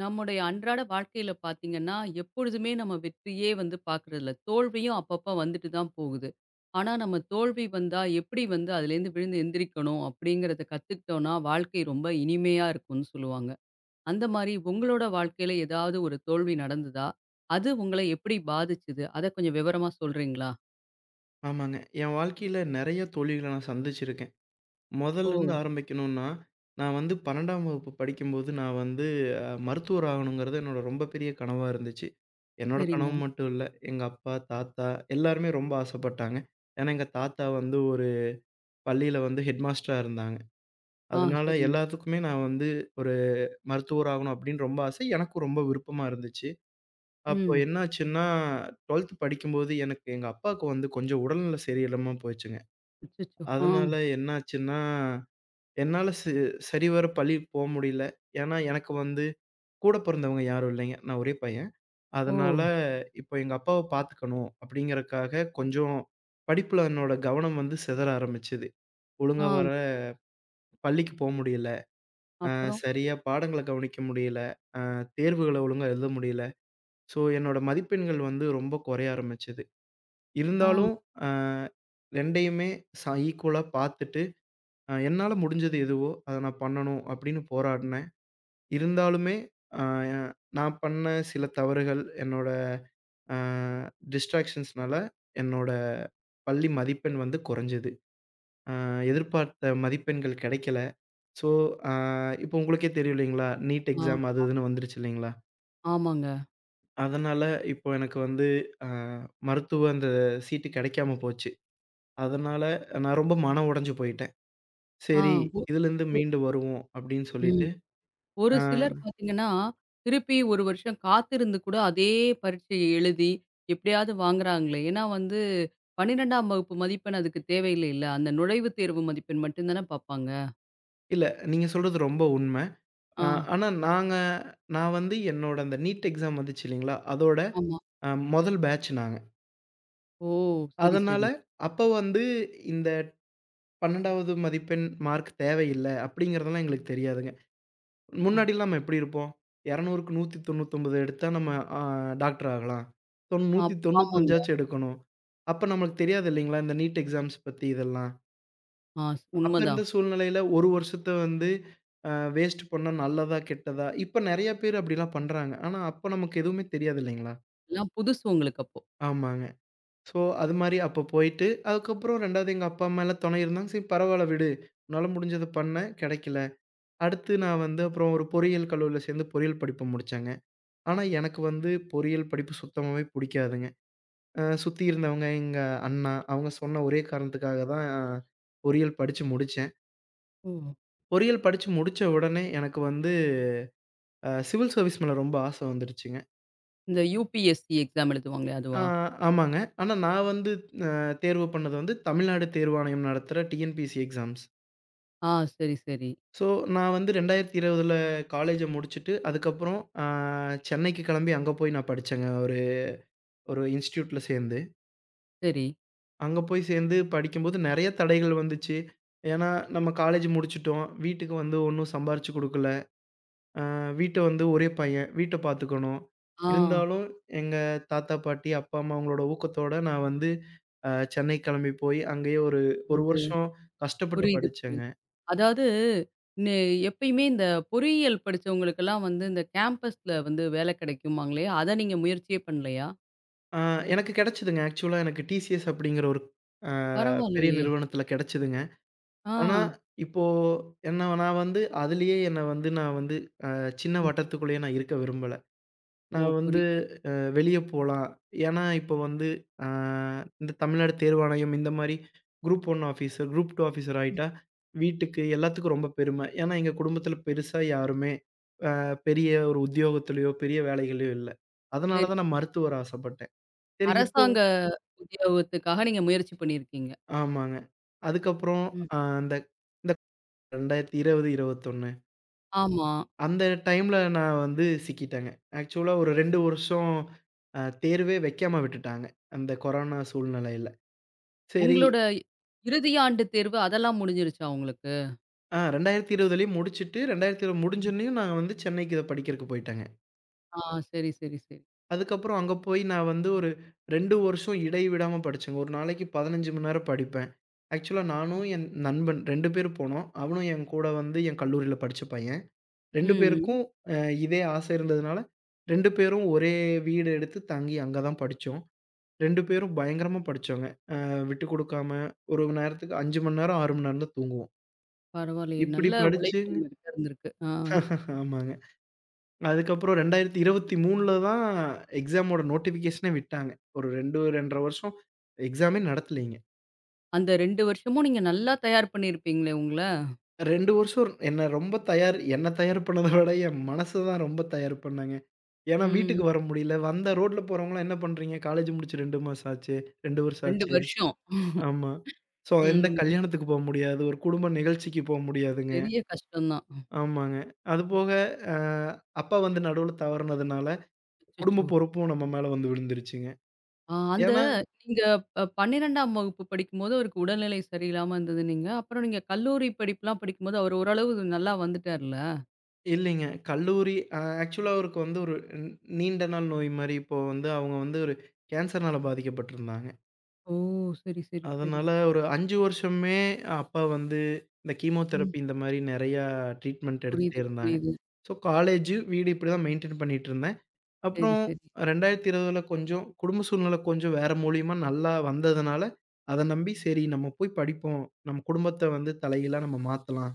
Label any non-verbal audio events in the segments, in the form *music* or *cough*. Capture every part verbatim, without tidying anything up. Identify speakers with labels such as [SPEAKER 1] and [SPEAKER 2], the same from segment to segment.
[SPEAKER 1] நம்முடைய அன்றாட வாழ்க்கையில பார்த்தீங்கன்னா, எப்பொழுதுமே நம்ம வெற்றியே வந்து பார்க்குறதில்ல. தோல்வியும் அப்பப்ப வந்துட்டு தான் போகுது. ஆனா, நம்ம தோல்வி வந்தா எப்படி வந்து அதுலேருந்து விழுந்து எந்திரிக்கணும் அப்படிங்கிறத கத்துக்கிட்டோம்னா, வாழ்க்கை ரொம்ப இனிமையா இருக்கும்னு சொல்லுவாங்க. அந்த மாரி உங்களோட வாழ்க்கையில ஏதாவது ஒரு தோல்வி நடந்ததா? அது உங்கள எப்படி பாதிச்சது? அத கொஞ்சம் விவரமா சொல்றீங்களா?
[SPEAKER 2] ஆமாங்க. என் வாழ்க்கையில நெறைய தோல்விகள நான் சந்திச்சிருக்கேன்.
[SPEAKER 1] ஓ!
[SPEAKER 2] மொதல்லருந்து ஆரம்பிக்கணும்னா, நான் வந்து 12ஆம் வகுப்பு படிக்கும்போது நான் வந்து அ மருத்துவர் ஆகணுங்கிறது என்னோட ரொம்ப பெரிய கனவா இருந்துச்சு. என்னோட
[SPEAKER 1] சரிங்க.
[SPEAKER 2] கனவு மட்டும் இல்ல. எங்க அப்பா, தாத்தா எல்லாருமே ரொம்ப ஆசைப்பட்டாங்க. ஏன்னா, எங்க தாத்தா வந்து ஒரு பள்ளியில வந்து ஹெட் மாஸ்டரா இருந்தாங்க.
[SPEAKER 1] ஆ,
[SPEAKER 2] அதனால
[SPEAKER 1] சரிங்க.
[SPEAKER 2] எல்லாத்துக்குமே நான் வந்து ஒரு மருத்துவர் ஆகணும் அப்படின்னு ரொம்ப ஆசை. எனக்கும் ரொம்ப விருப்பமா இருந்துச்சு. அப்போ
[SPEAKER 1] ம்.
[SPEAKER 2] என்னாச்சுன்னா, 12த் படிக்கும்போது எனக்கு எங்க அப்பாவுக்கு வந்து கொஞ்சம் உடல்நிலை சரியில்லாம போயிடுச்சுங்க.
[SPEAKER 1] அச்சச்சோ! ஆ.
[SPEAKER 2] அதனால என்னாச்சுன்னா, என்னால சி சரிவர பள்ளிக்கு போ முடியல. ஏன்னா, எனக்கு வந்து கூட பொறந்தவங்க யாரும் இல்லைங்க. நான் ஒரே பையன்.
[SPEAKER 1] ஓ!
[SPEAKER 2] அதனால இப்போ எங்க அப்பாவ பார்த்துக்கணும் அப்படிங்கிறக்காக கொஞ்சம் படிப்புல என்னோட கவனம் வந்து சிதற ஆரம்பிச்சது. ஒழுங்கா
[SPEAKER 1] ஆ.
[SPEAKER 2] வர பள்ளிக்கு போ முடியல. அ
[SPEAKER 1] அப்புறம்?
[SPEAKER 2] சரியா பாடங்கள கவனிக்க முடியல. அ தேர்வுகள ஒழுங்கா எழுத முடியல. ஸோ என்னோட மதிப்பெண்கள் வந்து ரொம்ப குறைய ஆரம்பிச்சது. இருந்தாலும்
[SPEAKER 1] ஆ.
[SPEAKER 2] அ 2யுமே ச ஈக்குவலா பார்த்துட்டு அ என்னால முடிஞ்சது எதுவோ, அத நான் பண்ணணும் அப்படின்னு போராடினேன். இருந்தாலுமே, அ நான் பண்ண சில தவறுகள் என்னோட அ டிஸ்ட்ராக்ஷன்ஸ்னால என்னோட பள்ளி மதிப்பெண் வந்து குறைஞ்சது. அ எதிர்பார்த்த மதிப்பெண்கள் கிடைக்கல. ஸோ, அ இப்போ உங்களுக்கே தெரியும் இல்லைங்களா? நீட்
[SPEAKER 1] ஆ.
[SPEAKER 2] எக்ஸாம் அது இதுன்னு வந்துருச்சு இல்லைங்களா?
[SPEAKER 1] ஆமாங்க.
[SPEAKER 2] அதனால இப்போ எனக்கு வந்து அ மருத்துவ அந்த சீட்டு கிடைக்காம போச்சு. அதனால நான் ரொம்ப மனம் உடைஞ்சு போயிட்டேன்.
[SPEAKER 1] ஆ.
[SPEAKER 2] சரி,
[SPEAKER 1] ஒ
[SPEAKER 2] இதுலேருந்து
[SPEAKER 1] ஒ
[SPEAKER 2] மீண்டு வருவோம் அப்படின்னு சொல்லிட்டு,
[SPEAKER 1] ம். ஒரு
[SPEAKER 2] அ
[SPEAKER 1] சிலர் பார்த்தீங்கன்னா, திருப்பி ஒரு வருஷம் காத்திருந்து கூட அதே பரீட்சைய எழுதி, எப்படியாவது வாங்குறாங்களே! ஏன்னா வந்து பன்னிரெண்டாம் வகுப்பு மதிப்பெண் அதுக்கு தேவையில்லைல்ல. அந்த நுழைவுத் தேர்வு மதிப்பெண் மட்டும் தானே பார்ப்பாங்க.
[SPEAKER 2] இல்ல. நீங்க சொல்றது ரொம்ப உண்ம.
[SPEAKER 1] ஆ,
[SPEAKER 2] அ ஆனா நாங்க நான் வந்து என்னோட அந்த நீட் எக்ஸாம் வந்துச்சு இல்லைங்களா? அதோட
[SPEAKER 1] ஆமா.
[SPEAKER 2] அ முதல் பேட்ச் நாங்க.
[SPEAKER 1] ஓ! சரி,
[SPEAKER 2] அதனால
[SPEAKER 1] சரி.
[SPEAKER 2] அப்ப வந்து இந்த 12வது மதிப்பெண் மார்க் தேவையில்ல அப்படிங்கிறதெல்லாம் எங்களுக்கு தெரியாதுங்க.
[SPEAKER 1] ஆ,
[SPEAKER 2] முன்னாடிலாம் நம்ம எப்படி இருப்போம்? 200க்கு நூற்று தொண்ணூற்றி ஒன்பது எடுத்தா நம்ம அ டாக்டர் ஆகலாம். தொண்
[SPEAKER 1] ஆப் ஆமாங்க.
[SPEAKER 2] நூற்று தொண்ணூற்றி ஐந்து எடுக்கணும். அப்ப நம்மளுக்கு தெரியாது இல்லைங்களா? இந்த நீட் எக்ஸாம்ஸ் பத்தி இதெல்லாம்.
[SPEAKER 1] ஆ,
[SPEAKER 2] அப்ப இருந்த
[SPEAKER 1] உண்மதான்.
[SPEAKER 2] சூழ்நிலையில ஒரு வருஷத்த வந்து அ வேஸ்ட் பண்ணா நல்லதா? கெட்டதா? இப்ப நெறைய பேர் அப்படிலாம் பண்றாங்க. ஆனா அப்ப நமக்கு எதுவுமே தெரியாது இல்லைங்களா?
[SPEAKER 1] எல்லாம் புதுசு உங்களுக்கு அப்போ.
[SPEAKER 2] ஆமாங்க. ஸோ அது மாரி அப்ப போயிட்டு, அதுக்கப்புறம் 2வது எங்க அப்பா, அம்மாலாம் துணை இருந்தாங்க. சரி பரவால்ல விடு. உன்னால முடிஞ்சத பண்ண, கெடைக்கல. அடுத்து நான் வந்து அப்புறம் ஒரு பொறியியல் கல்லூரியில சேர்ந்து பொறியியல் படிப்பு முடிச்சேங்க. ஆனா எனக்கு வந்து பொறியியல் படிப்பு சுத்தமாவே புடிக்காதுங்க. அ சுத்தி இருந்தவங்க எங்க அண்ணா, அவங்க சொன்ன ஒரே காரணத்துக்காக தான் அஹ், பொறியியல் படிச்சு முடிச்சேன்.
[SPEAKER 1] ஓ!
[SPEAKER 2] பொறியியல் படிச்சு முடிச்ச உடனே எனக்கு வந்து அ சிவில் சர்வீஸ் மேல ரொம்ப ஆசை வந்துருச்சுங்க.
[SPEAKER 1] இந்த யுபிஎஸ்சி எக்ஸாம் எழுதுவாங்களே
[SPEAKER 2] ஆ
[SPEAKER 1] அதுவா?
[SPEAKER 2] ஆமாங்க. ஆனா நான் வந்து அ தேர்வு பண்ணது வந்து தமிழ்நாடு தேர்வாணையம் நடத்துற டிஎன்பிஎஸ்சி எக்ஸாம்ஸ்.
[SPEAKER 1] ஆ, சரி, சரி,
[SPEAKER 2] ஸோ நான் வந்து 2020ல காலேஜ முடிச்சுட்டு, அதுக்கப்புறம் அ சென்னைக்கு கிளம்பி அங்க போய் நான் படிச்சேங்க. ஒரு ஒரு இன்ஸ்டிடியூட்ல சேர்ந்து.
[SPEAKER 1] சரி.
[SPEAKER 2] அங்க போய் சேர்ந்து படிக்கும்போது நெறைய தடைகள் வந்துச்சு. ஏன்னா, நம்ம காலேஜ் முடிச்சுட்டோம். வீட்டுக்கு வந்து ஒண்ணும் சம்பாரிச்சு குடுக்கல. வீட்ட வந்து ஒரே பையன். வீட்ட பார்த்துக்கணும்.
[SPEAKER 1] ஆ.
[SPEAKER 2] இருந்தாலும் எங்க தாத்தா, பாட்டி, அப்பா, அம்மா அவங்களோட ஊக்கத்தோட நான் வந்து அ சென்னை கிளம்பி போய் அங்கேயே ஒரு 1
[SPEAKER 1] அந்த
[SPEAKER 2] வருஷம் கஷ்டப்பட்டு
[SPEAKER 1] புரியுது,
[SPEAKER 2] படிச்சேங்க.
[SPEAKER 1] புரியுது. அதாவது நெ எப்பயுமே இந்த பொறியியல் படிச்சவங்களுக்கெல்லாம் வந்து இந்த கேம்பஸ்ல வந்து வேல கிடைக்குமாங்களே, அத நீங்க முயற்சியே பண்ணலையா?
[SPEAKER 2] அ எனக்கு கிடைச்சதுங்க. ஆக்சுவலா எனக்கு டிசிஎஸ் அப்படிங்கிற ஒரு அ பெரிய
[SPEAKER 1] பரவாயில்லையே!
[SPEAKER 2] நிறுவனத்தில கிடைச்சதுங்க.
[SPEAKER 1] ஆ.
[SPEAKER 2] ஆனா, இப்போ என்ன நான் வந்து அதிலேயே என்ன வந்து நான் வந்து அ சின்ன
[SPEAKER 1] ம்.
[SPEAKER 2] வட்டத்துக்குள்ளேயே நான் இருக்க விரும்பல.
[SPEAKER 1] ஓ,
[SPEAKER 2] நான் வந்து
[SPEAKER 1] புரியுது.
[SPEAKER 2] வெளிய போலாம். ஏன்னா, இப்போ வந்து அ இந்த தமிழ்நாடு தேர்வாணையம் இந்த மாரி group one officer, group two officer ஆயிட்டா, வீட்டுக்கு எல்லாத்துக்கும் ரொம்ப பெருமை. ஏன்னா, எங்க குடும்பத்தில பெருசா யாருமே அ பெரிய ஒரு உத்தியோகத்திலயோ, பெரிய வேலைகள்லயோ இல்ல. அதனால
[SPEAKER 1] சரி.
[SPEAKER 2] தான் நான் மருத்துவர் ஆசைப்பட்டேன். சரி இப்போ
[SPEAKER 1] அரசாங்க உத்தியோகத்துக்காக நீங்க முயற்சி பண்ணியிருக்கீங்க.
[SPEAKER 2] ஆமாங்க. அதுக்கப்புறம்
[SPEAKER 1] ம்.
[SPEAKER 2] அ அந்த இந்த இரண்டாயிரத்து இருபது, இருபத்தி ஒன்று
[SPEAKER 1] ஆமா.
[SPEAKER 2] அந்த டைம்ல நான் வந்து சிக்கிட்டேங்க. ஆக்சுவலா ஒரு இரண்டு வருஷம் அ தேர்வே வைக்காம விட்டுட்டாங்க. அந்த கொரோனா சூழ்நிலையில. சரி
[SPEAKER 1] உங்களோட இறுதி ஆண்டு தேர்வு அதெல்லாம் முடிஞ்சிருச்சா உங்களுக்கு?
[SPEAKER 2] ஆ 2020லயும் முடிச்சுட்டு, இரண்டாயிரத்து இருபது
[SPEAKER 1] ம்.
[SPEAKER 2] முடிஞ்சோனயும் நான் வந்து சென்னைக்கு இத படிக்கிறக்கு போயிட்டேங்க.
[SPEAKER 1] ஆ, சரி, சரி, சரி.
[SPEAKER 2] அதுக்கப்புறம் அங்க போய் நான் வந்து ஒரு இரண்டு வருஷம் இடைவிடாம படிச்சேங்க. ஒரு நாளைக்கு பதினைந்து மணி நேரம் படிப்பேன். ஆக்சுவலா
[SPEAKER 1] ம்.
[SPEAKER 2] நானும் என் நண்பன் இரண்டு பேர் போனோம். அவனும் என் கூட வந்து என் கல்லூரியில படிச்ச பையன். இரண்டு
[SPEAKER 1] ம்.
[SPEAKER 2] பேருக்கும் அ இதே ஆசை இருந்ததுனால இரண்டு பேரும் ஒரே வீடு எடுத்து தங்கி அங்க தான் படிச்சோம். இரண்டு பேரும் பயங்கரமா படிச்சோங்க. அ விட்டு குடுக்காம ஒரு நேரத்துக்கு ஐந்து மணி நேரம், ஆறு மணி நேரம் தான் தூங்குவோம்.
[SPEAKER 1] பரவாயில்லையே!
[SPEAKER 2] இப்படி
[SPEAKER 1] நல்ல உழைப்பு
[SPEAKER 2] படிச்சுங்க
[SPEAKER 1] உங்களுக்கு இருந்திருக்கு. ஆ.
[SPEAKER 2] *laughs* ஆமாங்க. அதுக்கப்புறம் 2023ல தான் எக்ஸாமோட நோட்டிஃபிகேஷனே விட்டாங்க. ஒரு இரண்டு, இரண்டு அரை வருஷம் எக்ஸாமே நடத்தலைங்க.
[SPEAKER 1] அந்த ரெண்டு வருஷமும் நீங்க நல்லா தயார் பண்ணியிருப்பீங்களே உங்கள?
[SPEAKER 2] இரண்டு வருஷம் என்ன ரொம்ப தயார் என்ன தயார் பண்ணத விட என் மனச தான் ரொம்ப தயார் பண்ணாங்க. ஏன்னா
[SPEAKER 1] ம்.
[SPEAKER 2] வீட்டுக்கு வர முடியல. வந்தா ரோட்ல போறவங்கலாம் என்ன பண்றீங்க? காலேஜ் முடிச்சு இரண்டு மாசம் ஆச்சு. இரண்டு வருஷம்
[SPEAKER 1] ரெண்டு
[SPEAKER 2] ஆச்சு.
[SPEAKER 1] வருஷம்.
[SPEAKER 2] ஆமா. ஸோ எந்த
[SPEAKER 1] ம்.
[SPEAKER 2] கல்யாணத்துக்கு போ முடியாது. ஒரு குடும்ப நிகழ்ச்சிக்கு போ முடியாதுங்க.
[SPEAKER 1] பெரிய கஷ்டம் தான்.
[SPEAKER 2] ஆமாங்க. அதுபோக அ அப்பா வந்து நடுவுல தவறுனதுனால குடும்ப
[SPEAKER 1] அச்சச்சோ!
[SPEAKER 2] பொறுப்பும் நம்ம மேல வந்து விழுந்துருச்சுங்க.
[SPEAKER 1] ஆ, அந்த
[SPEAKER 2] ஏன்னா
[SPEAKER 1] நீங்க ப பன்னிரெண்டாம் வகுப்பு படிக்கும்போது அவருக்கு உடல்நிலை சரியில்லாம இருந்ததுன்னீங்க. அப்புறம் நீங்க கல்லூரி படிப்புலாம் படிக்கும்போது அவர் ஓரளவு நல்லா வந்துட்டார்ல?
[SPEAKER 2] இல்லைங்க. கல்லூரி அ ஆக்சுவலா அவருக்கு வந்து ஒரு ந் நீண்ட நாள் நோய் மாரி இப்போ வந்து அவங்க வந்து ஒரு கேன்சர்னால பாதிக்கப்பட்டிருந்தாங்க.
[SPEAKER 1] ஓ! சரி, சரி, சரி.
[SPEAKER 2] அதனால ஒரு ஐந்து வருஷமே அப்பா வந்து இந்த
[SPEAKER 1] ம்.
[SPEAKER 2] கீமோதெரபி இந்த மாரி நெறையா ட்ரீட்மெண்ட் எடுத்துட்டே
[SPEAKER 1] புரியுது,
[SPEAKER 2] இருந்தாங்க.
[SPEAKER 1] புரியுது.
[SPEAKER 2] ஸோ காலேஜு, வீடு இப்படிதான் மெயின்டெயின் பண்ணிட்டுருந்தேன்.
[SPEAKER 1] சரி,
[SPEAKER 2] அப்புறம்
[SPEAKER 1] சரி.
[SPEAKER 2] 2020ல கொஞ்சம் குடும்ப சூழ்நிலை கொஞ்சம் வேற மூலியமா நல்லா வந்ததுனால, அத நம்பி சரி நம்ம போய் படிப்போம். நம்ம குடும்பத்த வந்து தலைகீழா நம்ம மாத்தலாம்.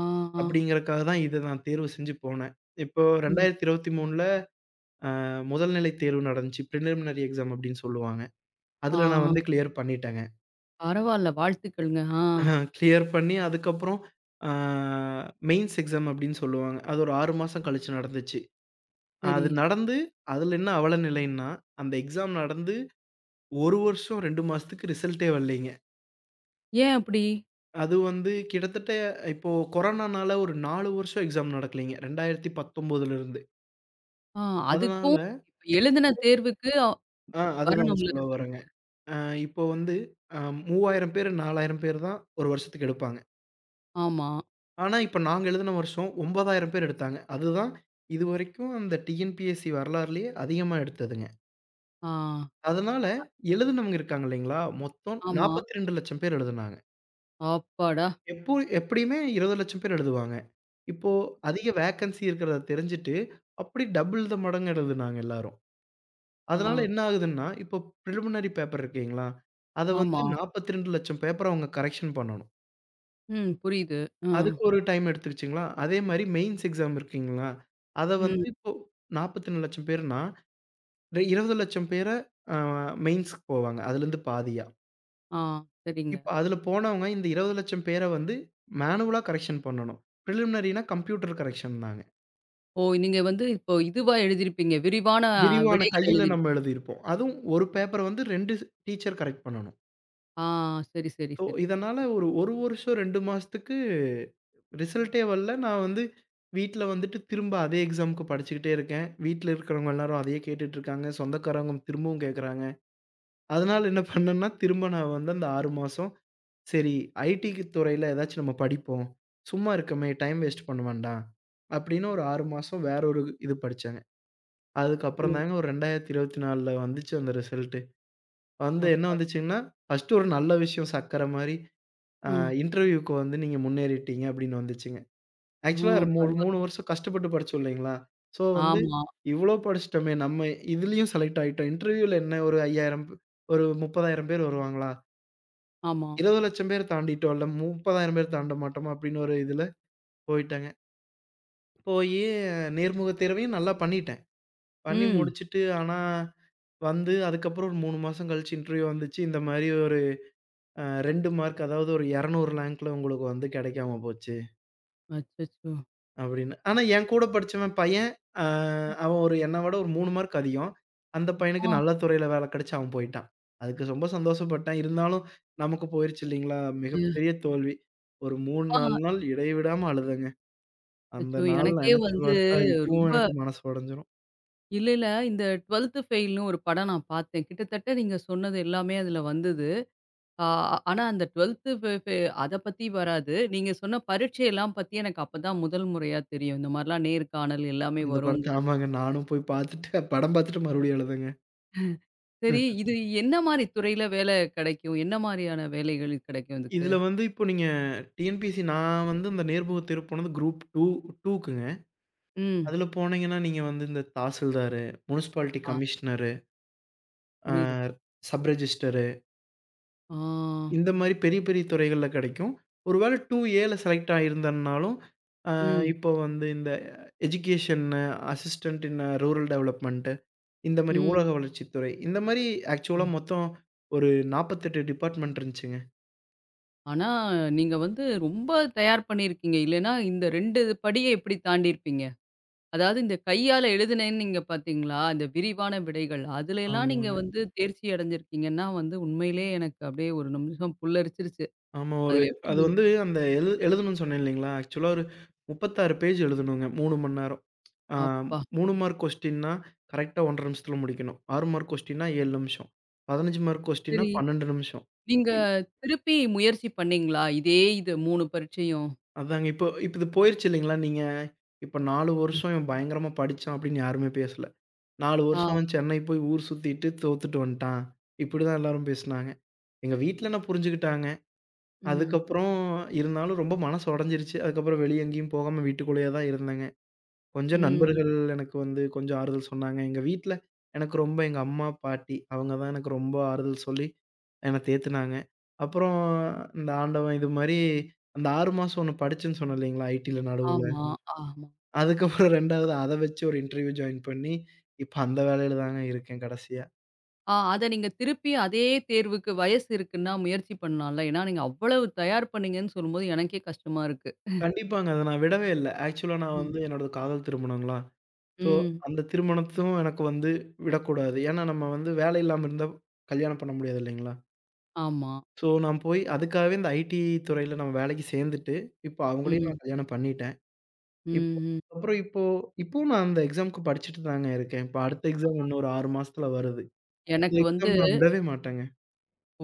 [SPEAKER 1] ஆ, ஆ.
[SPEAKER 2] அப்படிங்கிறக்காக தான் இத நான் தேர்வு செஞ்சு போனேன். இப்போ
[SPEAKER 1] ம்.
[SPEAKER 2] 2023ல அ முதல் நிலை தேர்வு நடந்துச்சு. பிரிலிமினரி எக்ஸாம் அப்டின்னு சொல்லுவாங்க.
[SPEAKER 1] ஆ,
[SPEAKER 2] அதுல நான்
[SPEAKER 1] ஆ.
[SPEAKER 2] வந்து கிளியர் பண்ணிட்டேங்க.
[SPEAKER 1] பரவால்ல. வாழ்த்துக்கள்ங்க. ஆ.
[SPEAKER 2] *laughs* கிளியர் பண்ணி அதுக்கப்புறம் அ மெயின்ஸ் எக்ஸாம் அப்டின்னு சொல்லுவாங்க. அது ஒரு ஆறு மாசம் கழிச்சு நடந்துச்சு.
[SPEAKER 1] சரி.
[SPEAKER 2] அது நடந்து அதுல என்ன அவல நிலைன்னா, அந்த எக்ஸாம் நடந்து ஒரு வருஷம் இரண்டு மாசத்துக்கு ரிசல்ட்டே வரலைங்க.
[SPEAKER 1] ஏன் அப்படி?
[SPEAKER 2] அது வந்து கிட்டத்தட்ட இப்போ கொரோனானால ஒரு நாலு வருஷம் எக்ஸாம் நடக்கலைங்க. இரண்டாயிரத்து பத்தொன்பது இருந்து.
[SPEAKER 1] ஆ, அதுக்கும்
[SPEAKER 2] அதனால
[SPEAKER 1] இப்ப எழுதின தேர்வுக்கு
[SPEAKER 2] ஆ அதுதான்
[SPEAKER 1] வரணும்ல
[SPEAKER 2] சொல்ல வரேங்க.
[SPEAKER 1] ரிசல்ட்டு.
[SPEAKER 2] அ இப்போ வந்து அ மூவாயிரம் பேர் நாலாயிரம் பேர் தான் ஒரு வருஷத்துக்கு எடுப்பாங்க.
[SPEAKER 1] ஆமா.
[SPEAKER 2] ஆனா, இப்ப நாங்க எழுதுன வருஷம் ஒன்பதாயிரம் பேர் எடுத்தாங்க. அதுதான் இதுவரைக்கும் அந்த டிஎன்பிஎஸ்சி வரலாறுலயே அதிகமா எடுத்ததுங்க.
[SPEAKER 1] ஆ.
[SPEAKER 2] அதனால எழுதுனவங்க இருக்காங்க இல்லைங்களா? மொத்தம்
[SPEAKER 1] ஆமா.
[SPEAKER 2] நாற்பத்தி இரண்டு,லட்சம் பேர் எழுதுனாங்க.
[SPEAKER 1] அப்பாடா!
[SPEAKER 2] எப்போ எப்படியுமே இருபது,லட்சம் பேர் எழுதுவாங்க. இப்போ அதிக வேக்கன்சி இருக்கிறத தெரிஞ்சுட்டு, அப்படி டபுள் த மடங்கு எழுதுனாங்க எல்லாரும்.
[SPEAKER 1] ஆ.
[SPEAKER 2] அதனால என்ன ஆகுதுன்னா, இப்போ பிரிலிமினரி பேப்பர் இருக்குங்களா? அத வந்து
[SPEAKER 1] ஆமா.
[SPEAKER 2] நாற்பத்தி இரண்டு,லட்சம் பேப்பர அவங்க கரெக்ஷன் பண்ணணும்.
[SPEAKER 1] ம். புரியுது. அ.
[SPEAKER 2] அதுக்கு ஒரு டைம் எடுத்துருச்சுங்களா? அதே மாரி மெயின்ஸ் எக்ஸாம் இருக்குங்களா? அத வந்து
[SPEAKER 1] ம்.
[SPEAKER 2] இப்போ நாற்பத்தி நாலு,லட்சம் பேர்னா, இந்த இருபது,லட்சம் பேர அ மெயின்ஸ்க்கு போவாங்க. அதுலருந்து பாதியா.
[SPEAKER 1] ஆ. சரிங்க.
[SPEAKER 2] இப்ப அதுல போனவங்க இந்த இருபது,லட்சம் பேர வந்து மேனுவலா கரெக்ஷன் பண்ணணும். பிரிலிமினரினா கம்ப்யூட்டர் கரெக்ஷன் தாங்க.
[SPEAKER 1] ஓ! நீங்க வந்து இப்போ இதுவா எழுதியிருப்பீங்க. விரிவான
[SPEAKER 2] விரிவான
[SPEAKER 1] விடைகள்
[SPEAKER 2] கையில
[SPEAKER 1] எழுதியிருப்பீங்க.
[SPEAKER 2] நம்ம எழுதியிருப்போம். அதுவும் ஒரு பேப்பர வந்து இரண்டு டீச்சர் கரெக்ட் பண்ணணும்.
[SPEAKER 1] ஆ. சரி, சரி,
[SPEAKER 2] ஸோ,
[SPEAKER 1] சரி.
[SPEAKER 2] இதனால ஒரு 1 வருஷம் இரண்டு மாசத்துக்கு ரிசல்ட்டே வரல. நான் வந்து வீட்ல வந்துட்டு திரும்ப அதே எக்ஸாம்க்கு படிச்சுக்கிட்டே இருக்கேன். வீட்ல இருக்கிறவங்க எல்லாரும் அதையே கேட்டுட்டு இருக்காங்க. சொந்தக்காரவங்க திரும்பவும் கேட்குறாங்க. அதனால என்ன பண்ணேன்னா, திரும்ப நான் வந்து அந்த ஆறு மாசம், சரி ஐடிக்கு துறையில ஏதாச்சும் நம்ம படிப்போம். சும்மா இருக்கோமே டைம் வேஸ்ட் பண்ண வேண்டாம். அப்படின்னு ஒரு ஆறு மாசம் வேற ஒரு இது படிச்சேங்க. அதுக்கப்புறம்
[SPEAKER 1] ஓ!
[SPEAKER 2] தாங்க ஒரு 2024ல வந்துச்சு அந்த ரிசல்ட்டு. வந்து என்ன
[SPEAKER 1] அப்பாடா!
[SPEAKER 2] வந்துச்சுங்கன்னா, ஃபர்ஸ்ட்டு ஒரு நல்ல விஷயம் சக்கர மாரி. ஆ
[SPEAKER 1] ம்.
[SPEAKER 2] இன்டர்வியூக்கு வந்து நீங்க முன்னேறிட்டீங்க அப்படின்னு வந்துச்சுங்க.
[SPEAKER 1] ஆ,
[SPEAKER 2] ஆக்சுவலா ஒரு மூ மூன்று
[SPEAKER 1] பரவாயில்லையே!
[SPEAKER 2] வருஷம் கஷ்டப்பட்டு படிச்சோம் இல்லைங்களா? ஸோ வந்து
[SPEAKER 1] ஆமா,
[SPEAKER 2] இவ்ளோ படிச்சுட்டோமே நம்ம இதுலயும் செலக்ட் ஆயிட்டோம். இன்டர்வியூல என்ன ஒரு ஐயாயிரம் ஒரு முப்பதாயிரம் பேர் வருவாங்களா?
[SPEAKER 1] ஆமா.
[SPEAKER 2] இருபது,லட்சம் பேர் தாண்டிட்டோம்ல, முப்பதாயிரம் பேர் தாண்ட மாட்டோமா அப்படின்னு ஒரு இதுல போயிட்டேங்க. போயி நேர்முக தேர்வையும் நல்லா பண்ணிட்டேன். பண்ணி
[SPEAKER 1] ம்.
[SPEAKER 2] முடிச்சுட்டு ஆனா வந்து அதுக்கப்புறம் ஒரு மூன்று மாசம் கழிச்சு இன்டர்வியூ வந்துச்சு. இந்த மாரி ஒரு அ இரண்டு மார்க் அதாவது ஒரு இருநூறு ரேங்க்ல உங்களுக்கு வந்து கிடைக்காம போச்சு.
[SPEAKER 1] அச்சச்சோ!
[SPEAKER 2] அப்படின்னு. ஆனா என் கூட படிச்சவன் பையன், அ அவன் ஒரு என்ன விட ஒரு மூன்று மார்க் அதிகம். அந்த பையனுக்கு
[SPEAKER 1] ஆ.
[SPEAKER 2] நல்ல துறையில வேலை கிடைச்சு அவன் போயிட்டான். அதுக்கு ரொம்ப சந்தோஷப்பட்டேன். இருந்தாலும் நமக்கு போயிருச்சு இல்லைங்களா?
[SPEAKER 1] ம்.
[SPEAKER 2] மிகப்பெரிய தோல்வி. ஒரு மூன்று,
[SPEAKER 1] ஆ.
[SPEAKER 2] நாலு நாள் இடைவிடாம அழுதேங்க. அந்த
[SPEAKER 1] அச்சோ!
[SPEAKER 2] நாள்
[SPEAKER 1] எனக்கே
[SPEAKER 2] நெனச்சு
[SPEAKER 1] வந்து
[SPEAKER 2] பார்த்தா இப்பவும்
[SPEAKER 1] ரொம்ப
[SPEAKER 2] எனக்கு மனசு உடைஞ்சிரும்.
[SPEAKER 1] இல்ல, இல்ல. இந்த ட்வெல்வ்த் ஃபெயில்னு ஒரு படம் நான் பார்த்தேன். கிட்டத்தட்ட நீங்க சொன்னது எல்லாமே அதுல வந்தது. ஆ, ஆனா அந்த ட்வெல்வ்த் ஃபெ ஃபெ அத பத்தி வராது. நீங்க சொன்ன பரீட்சையெல்லாம் பத்தி எனக்கு அப்பதான் முதல் முறையா தெரியும். இந்த மாரிலாம் நேர்காணல் எல்லாமே
[SPEAKER 2] அந்த படத்த
[SPEAKER 1] வருங்கிறது.
[SPEAKER 2] ஆமாங்க. நானும் போய் பார்த்துட்டு படம் பார்த்துட்டு மறுபடியும் அழுதேங்க.
[SPEAKER 1] சரி,
[SPEAKER 2] *laughs*
[SPEAKER 1] இது என்ன மாரி துறையில வேலை கிடைக்கும்? என்ன மாரியான வேலைகள் கிடைக்கும் இதுக்கு?
[SPEAKER 2] இதுல வந்து இப்போ நீங்க டிஎன்பிஎஸ்சி நான் வந்து இந்த நேர்முக தேர்வு போனது குரூப் இரண்டு 2க்குங்க.
[SPEAKER 1] ம்.
[SPEAKER 2] அதுல போனீங்கன்னா, நீங்க வந்து இந்த தாசில்தாரு, முனிசிபாலிட்டி
[SPEAKER 1] ஆ,
[SPEAKER 2] கமிஷனரு, ஆ
[SPEAKER 1] புரியுது.
[SPEAKER 2] சப் ரெஜிஸ்டரு
[SPEAKER 1] ஆ.
[SPEAKER 2] இந்த மாரி பெரிய, பெரிய துறைகள்ல கிடைக்கும். ஒரு வேள 2ஏல செலக்ட் ஆயிருந்தன்னாலும், அ
[SPEAKER 1] ம்.
[SPEAKER 2] இப்போ வந்து இந்த எஜுகேஷன்னு, அசிஸ்டன்ட் இன் ரூரல் டெவலப்மெண்ட்டு இந்த மாரி
[SPEAKER 1] ம்.
[SPEAKER 2] ஊரக வளர்ச்சித்துறை இந்த மாரி
[SPEAKER 1] ஆ.
[SPEAKER 2] ஆக்சுவலா மொத்தம் ஒரு நாற்பத்தி எட்டு டிபார்ட்மெண்ட் இருந்துச்சுங்க.
[SPEAKER 1] ஆனா நீங்க வந்து ரொம்ப தயார் பண்ணியிருக்கீங்க. இல்லன்னா இந்த ரெண்டு படிய எப்படி தாண்டியிருப்பீங்க? அதாவது இந்த கையால எழுதினேன்னீங்க பார்த்தீங்களா, அந்த விரிவான விடைகள். அதுலலாம் நீங்க
[SPEAKER 2] ஆமாங்க.
[SPEAKER 1] வந்து தேர்ச்சி அடைஞ்சிருக்கீங்கன்னா வந்து உண்மையிலே எனக்கு அப்படியே ஒரு நிமிஷம் புல்லரிச்சிருச்சு.
[SPEAKER 2] ஆமா. ஒரு
[SPEAKER 1] அதுல எப்படி
[SPEAKER 2] அது
[SPEAKER 1] நீங்க
[SPEAKER 2] வந்து அந்த எழு எழுதணும்னு சொன்னேன் இல்லைங்களா? ஆக்சுவலா ஒரு முப்பத்தி ஆறு பேஜ் எழுதணுங்க மூன்று மணி நேரம். ஆ
[SPEAKER 1] அப்பா!
[SPEAKER 2] மூன்று மார்க் கொஸ்டின்னா, கரெக்ட்டா ஒன்றே அரை நிமிஷத்துல முடிக்கணும். ஆறு மார்க் கொஸ்டின்னா ஏழு நிமிஷம். பதினைந்து மார்க் கொஸ்டின்னா
[SPEAKER 1] சரி.
[SPEAKER 2] பன்னிரண்டு நிமிஷம்.
[SPEAKER 1] நீங்க
[SPEAKER 2] இ-
[SPEAKER 1] திருப்பி முயற்சி பண்ணீங்களா? இதே இது மூணு பரீட்சையும்.
[SPEAKER 2] அதாங்க இப்போ இப்ப இது போயிருச்சு இல்லைங்களா? நீங்க இப்ப நாலு வருஷம் இவன் பயங்கரமா படிச்சான் அப்படின்னு யாருமே பேசல. நாலு
[SPEAKER 1] ஆ.
[SPEAKER 2] வருஷம் அவன் சென்னை போய் ஊர் சுத்திட்டு தோத்துட்டு வந்துட்டான். இப்படிதான் எல்லாரும் பேசுனாங்க. எங்க வீட்ல என்ன புரிஞ்சுக்கிட்டாங்க.
[SPEAKER 1] ம்.
[SPEAKER 2] அதுக்கப்புறம் இருந்தாலும் ரொம்ப மனசு உடைஞ்சிருச்சு. அதுக்கப்புறம் வெளிய எங்கேயும் போகாம வீட்டுக்குள்ளேயே தான் இருந்தேங்க. கொஞ்சம்
[SPEAKER 1] ம்.
[SPEAKER 2] நண்பர்கள் எனக்கு வந்து கொஞ்சம் ஆறுதல் சொன்னாங்க. எங்க வீட்ல எனக்கு ரொம்ப எங்க அம்மா, பாட்டி அவங்க தான் எனக்கு ரொம்ப ஆறுதல் சொல்லி என்ன தேத்துனாங்க. அப்புறம் இந்த ஆண்டவன் இது மாரி அந்த ஆறு மாசம் ஒண்ணு படிச்சேன்னு சொன்னேன் இல்லைங்களா? ஐடில நடுவுல.
[SPEAKER 1] ஆமா, ஆமா.
[SPEAKER 2] அதுக்கப்புறம் 2வது அத வச்சு ஒரு இன்டர்வியூ ஜாயின் பண்ணி, இப்ப அந்த வேலையில தாங்க இருக்கேன் கடைசியா.
[SPEAKER 1] ஆ, அத நீங்க திருப்பி அதே தேர்வுக்கு வயசு இருக்குன்னா முயற்சி பண்ணலாம்ல. ஏன்னா நீங்க அவ்வளவு தயார் பண்ணீங்கன்னு சொல்லும்போது எனக்கே கஷ்டமா இருக்கு.
[SPEAKER 2] கண்டிப்பாங்க. அத நான் விடவே இல்ல. ஆக்சுவலா நான்
[SPEAKER 1] ம்.
[SPEAKER 2] வந்து என்னோடது காதல் திருமணங்களா. ஸோ
[SPEAKER 1] ம்.
[SPEAKER 2] அந்த திருமணத்தும் எனக்கு வந்து விடக்கூடாது. ஏன்னா நம்ம வந்து வேலை இல்லாம இருந்தா கல்யாணம் பண்ண முடியாது இல்லைங்களா?
[SPEAKER 1] ஆமா.
[SPEAKER 2] ஸோ, நான் போய் அதுக்காகவே இந்த ஐடி துறையில நம்ம வேலைக்கு சேர்ந்துட்டு, இப்போ அவங்களையும்
[SPEAKER 1] ம்.
[SPEAKER 2] நான் கல்யாணம் பண்ணிட்டேன்.
[SPEAKER 1] ம்.
[SPEAKER 2] இப்போ
[SPEAKER 1] ம்.
[SPEAKER 2] அப்புறம் இப்போ இப்பவும் நான் அந்த எக்ஸாம்க்கு படிச்சுட்டு தாங்க இருக்கேன். இப்போ அடுத்த எக்ஸாம் இன்னும் ஒரு ஆறு மாசத்துல வருது. இந்த
[SPEAKER 1] எனக்கு வந்து
[SPEAKER 2] எக்ஸாம் நான் விடவே மாட்டேங்க.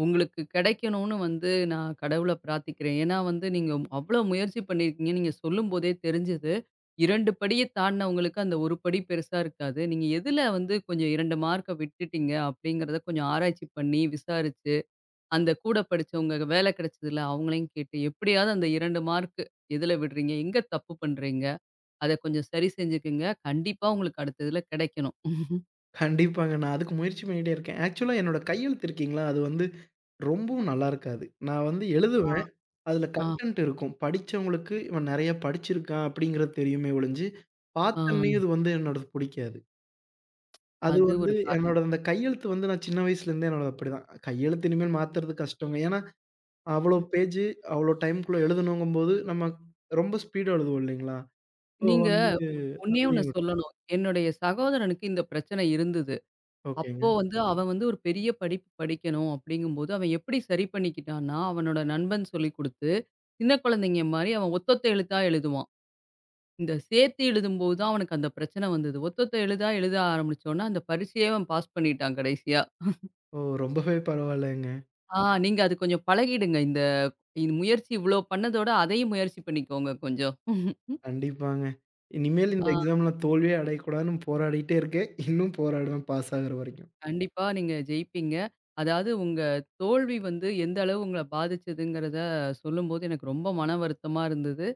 [SPEAKER 1] உங்களுக்கு கிடைக்கணும்னு வந்து நான் கடவுள பிரார்த்திக்கிறேன். ஏன்னா வந்து நீங்க அவ்ளோ முயற்சி பண்ணியிருக்கீங்க. நீங்க சொல்லும்போதே தெரிஞ்சது. இரண்டு படிய தாண்டுனவங்களுக்கு அந்த ஒரு படி பெருசா இருக்காது. நீங்க எதுல வந்து கொஞ்சம் இரண்டு மார்க்க விட்டுட்டீங்க அப்படிங்கிறத கொஞ்சம் ஆராய்ச்சி பண்ணி, விசாரிச்சு, அந்த கூட படிச்சவங்க வேலை கிடைச்சதுல அவங்களையும் கேட்டு எப்படியாவது அந்த இரண்டு மார்க் எதுல விடுறீங்க? எங்க தப்பு பண்றீங்க? அத கொஞ்சம் சரி செஞ்சுக்குங்க. கண்டிப்பா உங்களுக்கு அடுத்த இதுல கிடைக்கணும்.
[SPEAKER 2] கண்டிப்பாங்க. நான் அதுக்கு முயற்சி பண்ணிட்டே இருக்கேன். ஆக்சுவலா என்னோட கையெழுத்து இருக்கீங்களா, அது வந்து ரொம்பவும் நல்லா இருக்காது. நான் வந்து
[SPEAKER 1] ஆ.
[SPEAKER 2] எழுதுவேன். அதில
[SPEAKER 1] ஆ,
[SPEAKER 2] கன்டென்ட் இருக்கும். படிச்சவங்களுக்கு இவன் நெறைய படிச்சிருக்கான் அப்படிங்கிறது தெரியுமே ஒழிஞ்சு, பார்த்தோன்னே
[SPEAKER 1] ஆ.
[SPEAKER 2] இது வந்து என்னோடது புடிக்காது. அது
[SPEAKER 1] அது
[SPEAKER 2] வந்து
[SPEAKER 1] ஒரு
[SPEAKER 2] என்னோட
[SPEAKER 1] காரணம்.
[SPEAKER 2] அந்த கையெழுத்து வந்து நான் சின்ன வயசுலேருந்தே என்னோடது அப்படிதான். கையெழுத்து இனிமேல் மாத்துறது கஷ்டங்க. ஏன்னா, அவ்வளோ
[SPEAKER 1] ம்.
[SPEAKER 2] பேஜு, அவ்வளோ டைம்க்குள்ள எழுதணுங்கும்போது, நம்ம ரொம்ப ஸ்பீடா எழுதுவோம் இல்லைங்களா? அப்போ
[SPEAKER 1] நீங்க
[SPEAKER 2] வந்து
[SPEAKER 1] ஒ ஒண்ணே ஒண்ணு
[SPEAKER 2] அதுலயும்
[SPEAKER 1] சொல்லணும். என்னுடைய சகோதரனுக்கு இந்த பிரச்சனை இருந்தது. அப்போ
[SPEAKER 2] ஓகேங்க.
[SPEAKER 1] வந்து அவன் வந்து ஒரு பெரிய படிப்பு படிக்கணும் அப்படிங்கும்போது, அவன் எப்படி சரி பண்ணிக்கிட்டான்னா, அவனோட நண்பன் சொல்லிக் குடுத்து, சின்ன குழந்தைங்க மாரி அவன் ஒத்தொத்த எழுத்தா எழுதுவான். இந்த சேர்த்து எழுதும்போது தான் அவனுக்கு அந்த பிரச்சனை வந்தது. ஒத்தொத்த எழுதா எழுத ஆரம்பிச்சோனே, அந்த பரீட்சையே அவன் பாஸ் பண்ணிட்டான் கடைசியா.
[SPEAKER 2] ஓ! ரொம்பவே பரவாயில்லங்க.
[SPEAKER 1] ஆ, நீங்க அது கொஞ்சம் பழகிடுங்க. இந்த இந்த முயற்சி இவ்ளோ பண்ணதோட அதையும் முயற்சி பண்ணிக்கோங்க கொஞ்சம்.
[SPEAKER 2] கண்டிப்பாங்க. இனிமேல் இந்த
[SPEAKER 1] ஆ.
[SPEAKER 2] எக்ஸாம்ல தோல்வியே அடையக்கூடாதுன்னு போராடிட்டே இருக்கேன். இன்னும் போராடுவேன் பாஸ் ஆகுற வரைக்கும்.
[SPEAKER 1] கண்டிப்பா நீங்க ஜெயிப்பீங்க. அதாவது உங்க தோல்வி வந்து எந்த அளவு உங்கள பாதிச்சதுங்கிறத சொல்லும்போது எனக்கு ரொம்ப மன வருத்தமா இருந்தது.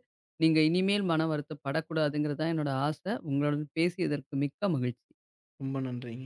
[SPEAKER 1] நீங்க இனிமேல் மன வருத்தப்படக்கூடாதுங்கிறது தான் என்னோட ஆசை. உங்களுடன் பேசியதற்கு மிக்க மகிழ்ச்சி.
[SPEAKER 2] ரொம்ப நன்றிங்க.